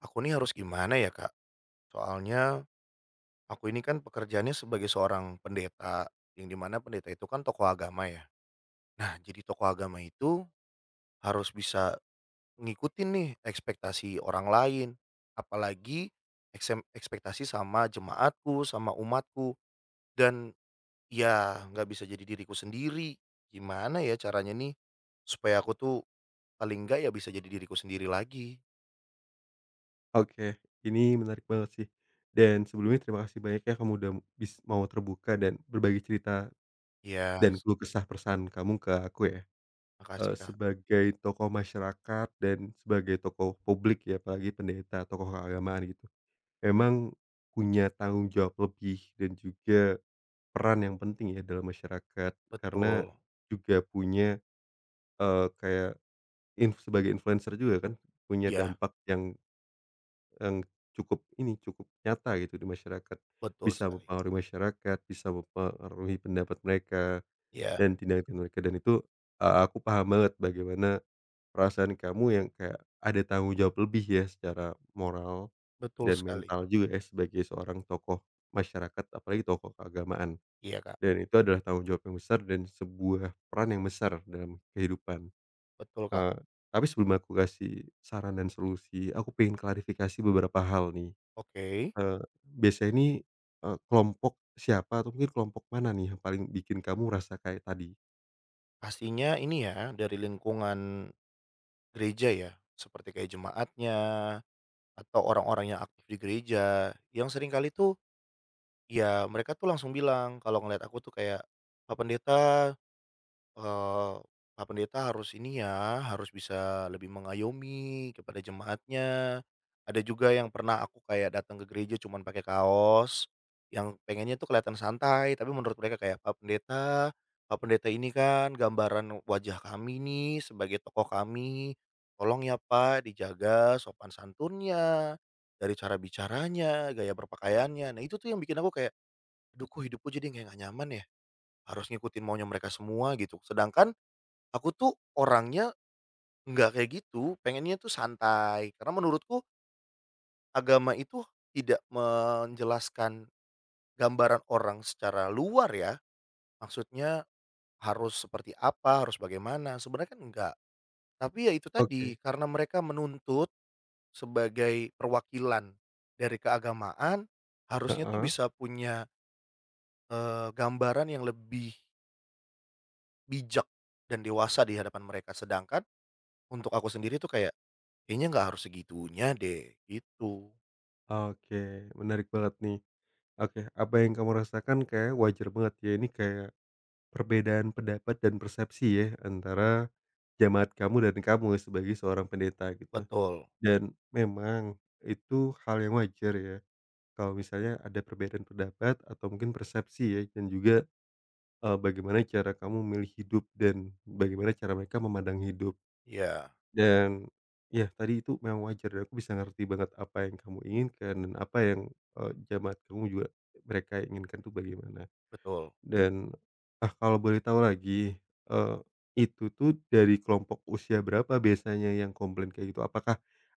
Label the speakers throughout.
Speaker 1: Aku nih harus gimana ya Kak? Soalnya aku ini kan pekerjaannya sebagai seorang pendeta, yang dimana pendeta itu kan tokoh agama ya. Nah, jadi tokoh agama itu harus bisa ngikutin nih ekspektasi orang lain, apalagi ekspektasi sama jemaatku, sama umatku dan ya nggak bisa jadi diriku sendiri. Gimana ya caranya nih supaya aku tuh paling nggak ya bisa jadi diriku sendiri lagi?
Speaker 2: Oke, ini menarik banget sih. Dan sebelumnya terima kasih banyak ya kamu udah mau terbuka dan berbagi cerita
Speaker 1: Ya,
Speaker 2: dan keluh kesah perasaan kamu ke aku ya. Eee,
Speaker 1: makasih Kak.
Speaker 2: sebagai tokoh masyarakat dan sebagai tokoh publik ya, apalagi pendeta, tokoh keagamaan gitu. Memang punya tanggung jawab lebih dan juga peran yang penting ya dalam masyarakat. Karena
Speaker 1: Betul.
Speaker 2: juga punya, kayak sebagai influencer juga kan, punya
Speaker 1: Ya
Speaker 2: dampak yang cukup ini, cukup nyata gitu di masyarakat.
Speaker 1: betul
Speaker 2: Bisa
Speaker 1: sekali.
Speaker 2: mempengaruhi masyarakat, bisa mempengaruhi pendapat mereka
Speaker 1: Iya,
Speaker 2: dan tindakan mereka dan itu, aku paham banget bagaimana perasaan kamu yang kayak ada tanggung jawab lebih ya secara moral
Speaker 1: betul
Speaker 2: dan
Speaker 1: sekali.
Speaker 2: mental juga ya sebagai seorang tokoh masyarakat, apalagi tokoh keagamaan.
Speaker 1: Iya, Kak,
Speaker 2: Dan itu adalah tanggung jawab yang besar dan sebuah peran yang besar dalam kehidupan.
Speaker 1: betul, Kak.
Speaker 2: Eee, tapi sebelum aku kasih saran dan solusi, aku pengen klarifikasi beberapa hal nih.
Speaker 1: Oke,
Speaker 2: Eee, biasanya ini, kelompok siapa atau mungkin kelompok mana nih yang paling bikin kamu rasa kayak tadi?
Speaker 1: pastinya ini ya dari lingkungan gereja ya, seperti kayak jemaatnya atau orang-orang yang aktif di gereja, yang seringkali tuh ya mereka tuh langsung bilang kalau ngelihat aku tuh kayak, "Pak pendeta Eee, Pak Pendeta harus ini ya, harus bisa lebih mengayomi kepada jemaatnya. Ada juga yang pernah aku kayak datang ke gereja cuman pakai kaos, yang pengennya tuh kelihatan santai, tapi menurut mereka kayak, "Pak Pendeta ini kan gambaran wajah kami nih, sebagai tokoh kami. Tolong ya Pak, dijaga sopan santunnya, dari cara bicaranya, gaya berpakaiannya." Nah, itu tuh yang bikin aku kayak, "Aduh kok hidupku jadi kayak nggak nyaman ya, harus ngikutin maunya mereka semua," gitu. Sedangkan aku tuh orangnya nggak kayak gitu, pengennya tuh santai. Karena menurutku agama itu tidak menjelaskan gambaran orang secara luar ya, maksudnya harus seperti apa, harus bagaimana, sebenarnya kan enggak. Tapi ya itu tadi,
Speaker 2: Oke,
Speaker 1: karena mereka menuntut sebagai perwakilan dari keagamaan, harusnya tuh
Speaker 2: heeh.
Speaker 1: bisa punya, gambaran yang lebih bijak dan dewasa di hadapan mereka. Sedangkan untuk aku sendiri tuh kayak kayaknya nggak harus segitunya deh, gitu.
Speaker 2: Oke, menarik banget nih. Oke, apa yang kamu rasakan kayak wajar banget ya, ini kayak perbedaan pendapat dan persepsi ya antara jamaat kamu dan kamu sebagai seorang pendeta gitu.
Speaker 1: Betul,
Speaker 2: Dan memang itu hal yang wajar ya, kalau misalnya ada perbedaan pendapat atau mungkin persepsi ya dan juga bagaimana cara kamu memilih hidup dan bagaimana cara mereka memandang hidup.
Speaker 1: iya,
Speaker 2: Dan ya tadi itu memang wajar dan aku bisa ngerti banget apa yang kamu inginkan dan apa yang, jamaah kamu juga mereka inginkan tuh bagaimana.
Speaker 1: betul.
Speaker 2: Dan, ah, kalau boleh tahu lagi, eee, itu tuh dari kelompok usia berapa biasanya yang komplain kayak gitu? Apakah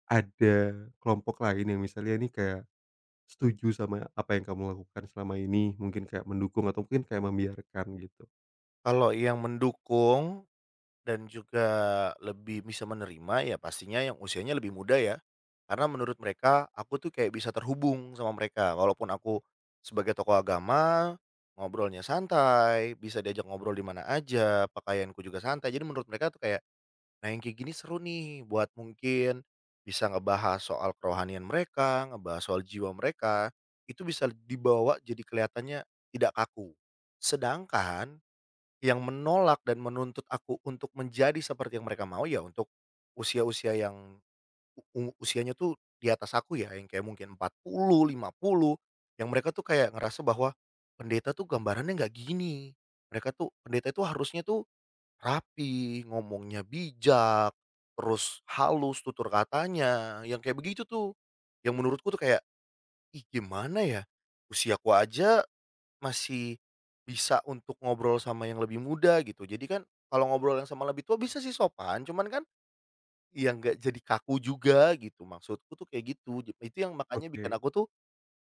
Speaker 2: ada kelompok lain yang misalnya nih kayak setuju sama apa yang kamu lakukan selama ini, mungkin kayak mendukung atau mungkin kayak membiarkan gitu?
Speaker 1: Kalau yang mendukung dan juga lebih bisa menerima ya pastinya yang usianya lebih muda ya. Karena menurut mereka aku tuh kayak bisa terhubung sama mereka walaupun aku sebagai tokoh agama, ngobrolnya santai, bisa diajak ngobrol di mana aja, pakaianku juga santai. Jadi menurut mereka tuh kayak nah, yang kayak gini seru nih buat mungkin bisa ngebahas soal kerohanian mereka, ngebahas soal jiwa mereka, itu bisa dibawa jadi kelihatannya tidak kaku. Sedangkan yang menolak dan menuntut aku untuk menjadi seperti yang mereka mau ya untuk usia-usia yang u- usianya tuh di atas aku ya, yang kayak mungkin 40 50 yang mereka tuh kayak ngerasa bahwa pendeta tuh gambarannya nggak gini. Mereka tuh pendeta itu harusnya tuh rapi, ngomongnya bijak, terus halus tutur katanya, yang kayak begitu tuh. Yang menurutku tuh kayak, ih gimana ya, usiaku aja masih bisa untuk ngobrol sama yang lebih muda gitu. Jadi kan kalau ngobrol yang sama lebih tua bisa sih sopan, cuman kan ya nggak jadi kaku juga gitu, maksudku tuh kayak gitu. Itu yang makanya bikin
Speaker 2: Oke.
Speaker 1: aku tuh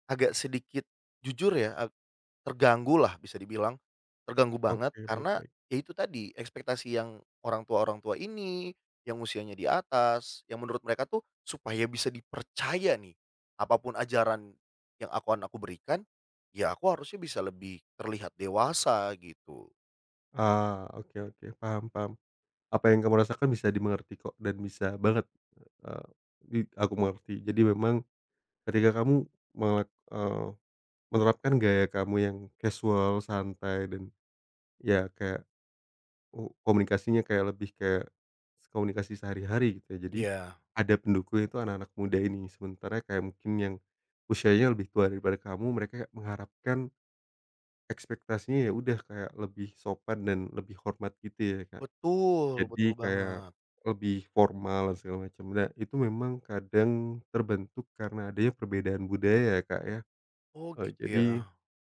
Speaker 1: agak sedikit jujur ya terganggu lah bisa dibilang, terganggu banget
Speaker 2: Oke, baik
Speaker 1: karena
Speaker 2: baik.
Speaker 1: ya itu tadi ekspektasi yang orang tua-orang tua ini, yang usianya di atas, yang menurut mereka tuh supaya bisa dipercaya nih, apapun ajaran yang akan aku berikan, ya aku harusnya bisa lebih terlihat dewasa gitu.
Speaker 2: Ah, oke oke, paham paham. Apa yang kamu rasakan bisa dimengerti kok dan bisa banget, eee, di aku mengerti. Jadi memang ketika kamu melak eee, menerapkan gaya kamu yang casual, santai, dan ya kayak komunikasinya kayak lebih kayak komunikasi sehari-hari gitu ya. Jadi
Speaker 1: Iya,
Speaker 2: ada pendukung itu anak-anak muda ini, sementara kayak mungkin yang usianya lebih tua daripada kamu, mereka mengharapkan ekspektasinya ya udah kayak lebih sopan dan lebih hormat gitu ya, Kak?
Speaker 1: betul,
Speaker 2: Jadi
Speaker 1: betul
Speaker 2: kayak
Speaker 1: banget.
Speaker 2: lebih formal dan segala macam. Nah, itu memang kadang terbentuk karena adanya perbedaan budaya ya, Kak, ya.
Speaker 1: Oh
Speaker 2: Eee,
Speaker 1: gitu ya.
Speaker 2: jadi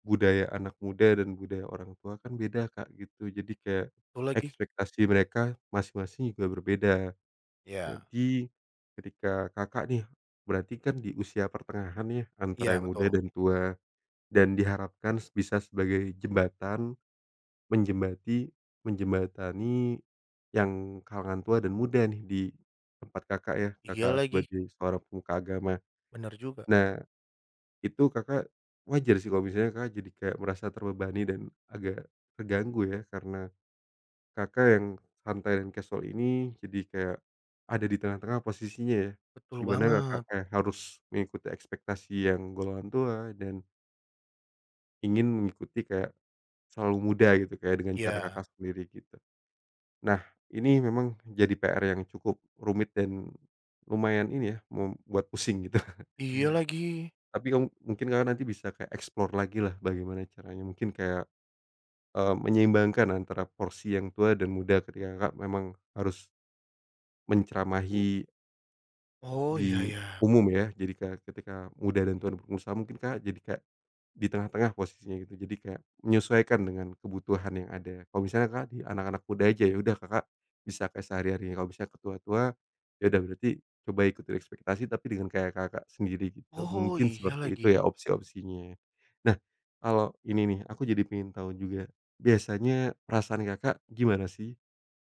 Speaker 2: budaya anak muda dan budaya orang tua kan beda, Kak, gitu. Jadi kayak
Speaker 1: Betul lagi.
Speaker 2: ekspektasi mereka masing-masing juga berbeda.
Speaker 1: Ya
Speaker 2: Jadi ketika Kakak nih, berarti kan di usia pertengahan ya antara
Speaker 1: iya
Speaker 2: yang muda
Speaker 1: betul.
Speaker 2: dan tua dan diharapkan bisa sebagai jembatan Menjembati menjembatani yang kalangan tua dan muda nih di tempat Kakak ya,
Speaker 1: Iya
Speaker 2: Kakak
Speaker 1: lagi.
Speaker 2: sebagai seorang pemuka agama.
Speaker 1: Bener juga.
Speaker 2: Nah, itu Kakak wajar sih kalau misalnya Kakak jadi kayak merasa terbebani dan agak terganggu ya, karena Kakak yang santai dan casual ini jadi kayak ada di tengah-tengah posisinya ya,
Speaker 1: Betul
Speaker 2: di mana Kakak
Speaker 1: banget.
Speaker 2: kayak harus mengikuti ekspektasi yang golongan tua dan ingin mengikuti kayak selalu muda gitu, kayak dengan cara
Speaker 1: Iya,
Speaker 2: Kakak sendiri gitu. Nah, ini memang jadi PR yang cukup rumit dan lumayan ini ya, membuat pusing gitu.
Speaker 1: iya lagi.
Speaker 2: Tapi kamu mungkin Kakak nanti bisa kayak explore lagi lah bagaimana caranya, mungkin kayak, menyeimbangkan antara porsi yang tua dan muda ketika Kakak memang harus menceramahi
Speaker 1: Oh iya
Speaker 2: di
Speaker 1: ya.
Speaker 2: umum ya. Jadi kayak ketika muda dan tua berpengusaha mungkin Kakak jadi kayak di tengah-tengah posisinya gitu, jadi kayak menyesuaikan dengan kebutuhan yang ada. Kalau misalnya Kakak di anak-anak muda aja, ya udah Kakak bisa kayak sehari-harinya, kalau misalnya ke tua-tua, ya udah berarti coba ikutin ekspektasi tapi dengan kayak Kakak sendiri gitu.
Speaker 1: Oh,
Speaker 2: Mungkin
Speaker 1: iya
Speaker 2: seperti itu
Speaker 1: lagi.
Speaker 2: ya opsi-opsinya. Nah, kalau ini nih, aku jadi pengen tahu juga, biasanya perasaan Kakak gimana sih?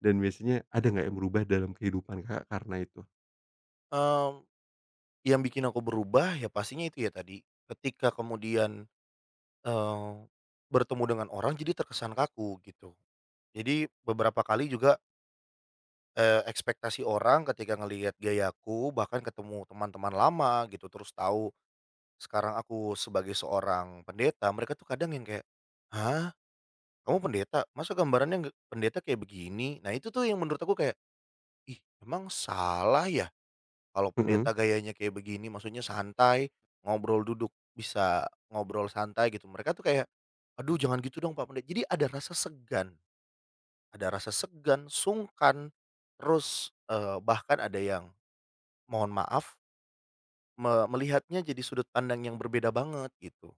Speaker 2: Dan biasanya ada nggak yang berubah dalam kehidupan Kakak karena itu?
Speaker 1: Mmm, yang bikin aku berubah ya pastinya itu ya tadi, ketika kemudian, eee, bertemu dengan orang jadi terkesan kaku gitu. Jadi beberapa kali juga, ekspektasi orang ketika ngelihat gayaku bahkan ketemu teman-teman lama gitu terus tahu sekarang aku sebagai seorang pendeta, mereka tuh kadang yang kayak, "Hah? Kamu pendeta? Masa gambarannya nggak pendeta kayak begini?" Nah itu tuh yang menurut aku kayak, "Ih, emang salah ya?" Kalau
Speaker 2: Mhm.
Speaker 1: pendeta gayanya kayak begini, maksudnya santai, ngobrol duduk, bisa ngobrol santai gitu. Mereka tuh kayak, "Aduh jangan gitu dong Pak Pendeta." Jadi ada rasa segan, sungkan, terus, bahkan ada yang mohon maaf, melihatnya jadi sudut pandang yang berbeda banget gitu.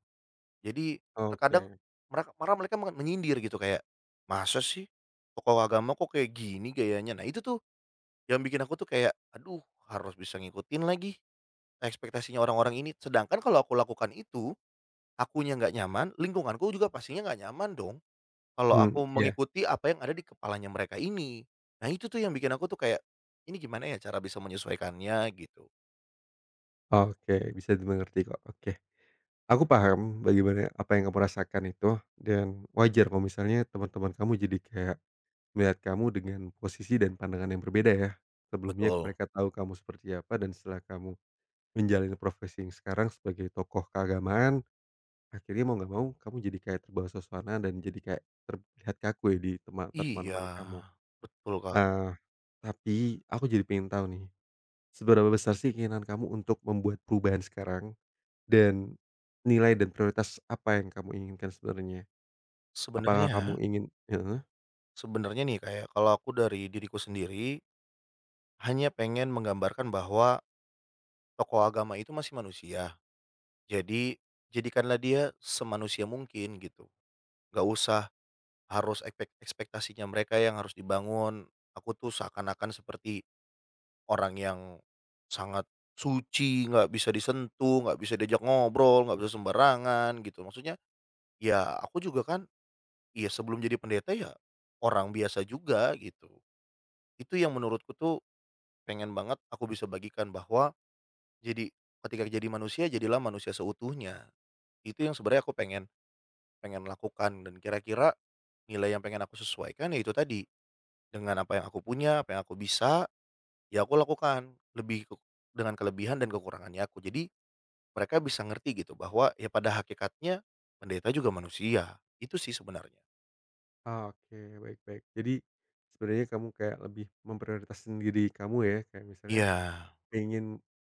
Speaker 1: Jadi terkadang
Speaker 2: Oke.
Speaker 1: malah mereka menyindir gitu kayak, "Masa sih tokoh agama kok kayak gini gayanya?" Nah itu tuh yang bikin aku tuh kayak, "Aduh harus bisa ngikutin lagi." Ekspektasinya orang-orang ini. Sedangkan kalau aku lakukan itu, akunya nggak nyaman, lingkunganku juga pastinya nggak nyaman dong, kalau
Speaker 2: Hmm,
Speaker 1: aku
Speaker 2: iya.
Speaker 1: mengikuti apa yang ada di kepalanya mereka ini. Nah itu tuh yang bikin aku tuh kayak, ini gimana ya cara bisa menyesuaikannya gitu.
Speaker 2: Oke, bisa dimengerti kok, oke. Aku paham bagaimana apa yang kamu rasakan itu dan wajar kalau misalnya teman-teman kamu jadi kayak melihat kamu dengan posisi dan pandangan yang berbeda ya. Sebelumnya
Speaker 1: Betul.
Speaker 2: mereka tahu kamu seperti apa dan setelah kamu menjalani profesi yang sekarang sebagai tokoh keagamaan, akhirnya mau nggak mau kamu jadi kayak terbawa suasana dan jadi kayak terlihat kaku ya di mata
Speaker 1: Iya,
Speaker 2: teman-teman kamu.
Speaker 1: betul Kak.
Speaker 2: Ah, tapi aku jadi pengen tahu nih, seberapa besar sih keinginan kamu untuk membuat perubahan sekarang? Dan nilai dan prioritas apa yang kamu inginkan sebenarnya? Apakah kamu
Speaker 1: Sebenarnya
Speaker 2: ingin heeh?
Speaker 1: sebenarnya nih kayak kalau aku dari diriku sendiri, hanya pengen menggambarkan bahwa tokoh agama itu masih manusia. Jadi, jadikanlah dia semanusia mungkin gitu. Nggak usah harus ekspektasinya mereka yang harus dibangun. Aku tuh seakan-akan seperti orang yang sangat suci, nggak bisa disentuh, nggak bisa diajak ngobrol, nggak bisa sembarangan gitu. Maksudnya, ya aku juga kan, ya sebelum jadi pendeta ya orang biasa juga gitu. Itu yang menurutku tuh pengen banget aku bisa bagikan bahwa jadi ketika jadi manusia, jadilah manusia seutuhnya. Itu yang sebenarnya aku pengen pengen lakukan dan kira-kira nilai yang pengen aku sesuaikan ya itu tadi. Dengan apa yang aku punya, apa yang aku bisa, ya aku lakukan, lebih ke dengan kelebihan dan kekurangannya aku. Jadi, mereka bisa ngerti gitu bahwa ya pada hakikatnya pendeta juga manusia, itu sih sebenarnya.
Speaker 2: Oke, baik baik. Jadi sebenarnya kamu kayak lebih memprioritaskan diri kamu ya, kayak misalnya
Speaker 1: Iya,
Speaker 2: ingin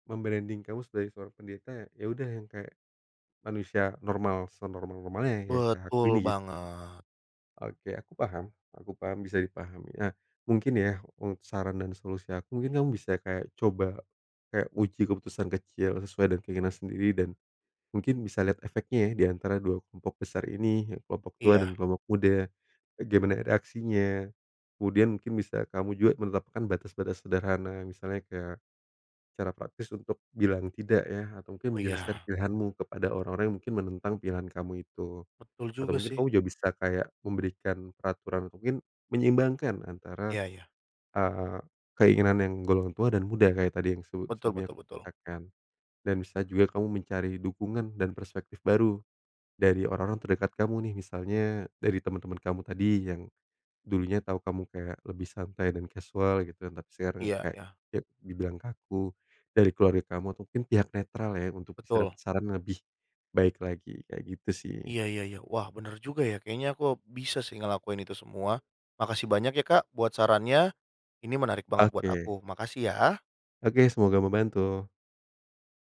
Speaker 2: mem-branding kamu sebagai seorang pendeta, ya udah yang kayak manusia normal, senormal-normalnya ya kayak aku
Speaker 1: betul
Speaker 2: ini gitu.
Speaker 1: banget.
Speaker 2: Oke, aku paham, bisa dipahami. Nah, mungkin ya saran dan solusi aku mungkin kamu bisa kayak coba kayak uji keputusan kecil sesuai dengan keinginan sendiri dan mungkin bisa lihat efeknya ya di antara 2 kelompok besar ini, yang kelompok tua
Speaker 1: Iya,
Speaker 2: dan kelompok muda, bagaimana reaksinya. Kemudian mungkin bisa kamu juga menetapkan batas-batas sederhana, misalnya kayak cara praktis untuk bilang tidak ya, atau
Speaker 1: oh
Speaker 2: mungkin menjelaskan
Speaker 1: iya,
Speaker 2: pilihanmu kepada orang-orang yang mungkin menentang pilihan kamu itu.
Speaker 1: betul
Speaker 2: Atau
Speaker 1: juga
Speaker 2: mungkin
Speaker 1: sih.
Speaker 2: kamu juga bisa kayak memberikan peraturan atau mungkin menyeimbangkan antara,
Speaker 1: Iya iya,
Speaker 2: eee, keinginan yang golongan tua dan muda kayak tadi yang
Speaker 1: betul
Speaker 2: sebelumnya
Speaker 1: betul
Speaker 2: aku
Speaker 1: betul.
Speaker 2: katakan. Dan bisa juga kamu mencari dukungan dan perspektif baru dari orang-orang terdekat kamu nih, misalnya dari teman-teman kamu tadi yang dulunya tahu kamu kayak lebih santai dan casual gitu, kan, tapi sekarang
Speaker 1: Iya
Speaker 2: kayak
Speaker 1: iya,
Speaker 2: ya dibilang kaku. Dari keluarga kamu atau mungkin pihak netral ya, untuk bisa
Speaker 1: betul.
Speaker 2: dapat saran lebih baik lagi, kayak gitu sih.
Speaker 1: Iya iya iya, wah bener juga ya, kayaknya aku bisa sih ngelakuin itu semua. Makasih banyak ya Kak buat sarannya, ini menarik banget buat aku,
Speaker 2: Oke
Speaker 1: makasih ya.
Speaker 2: oke, semoga membantu.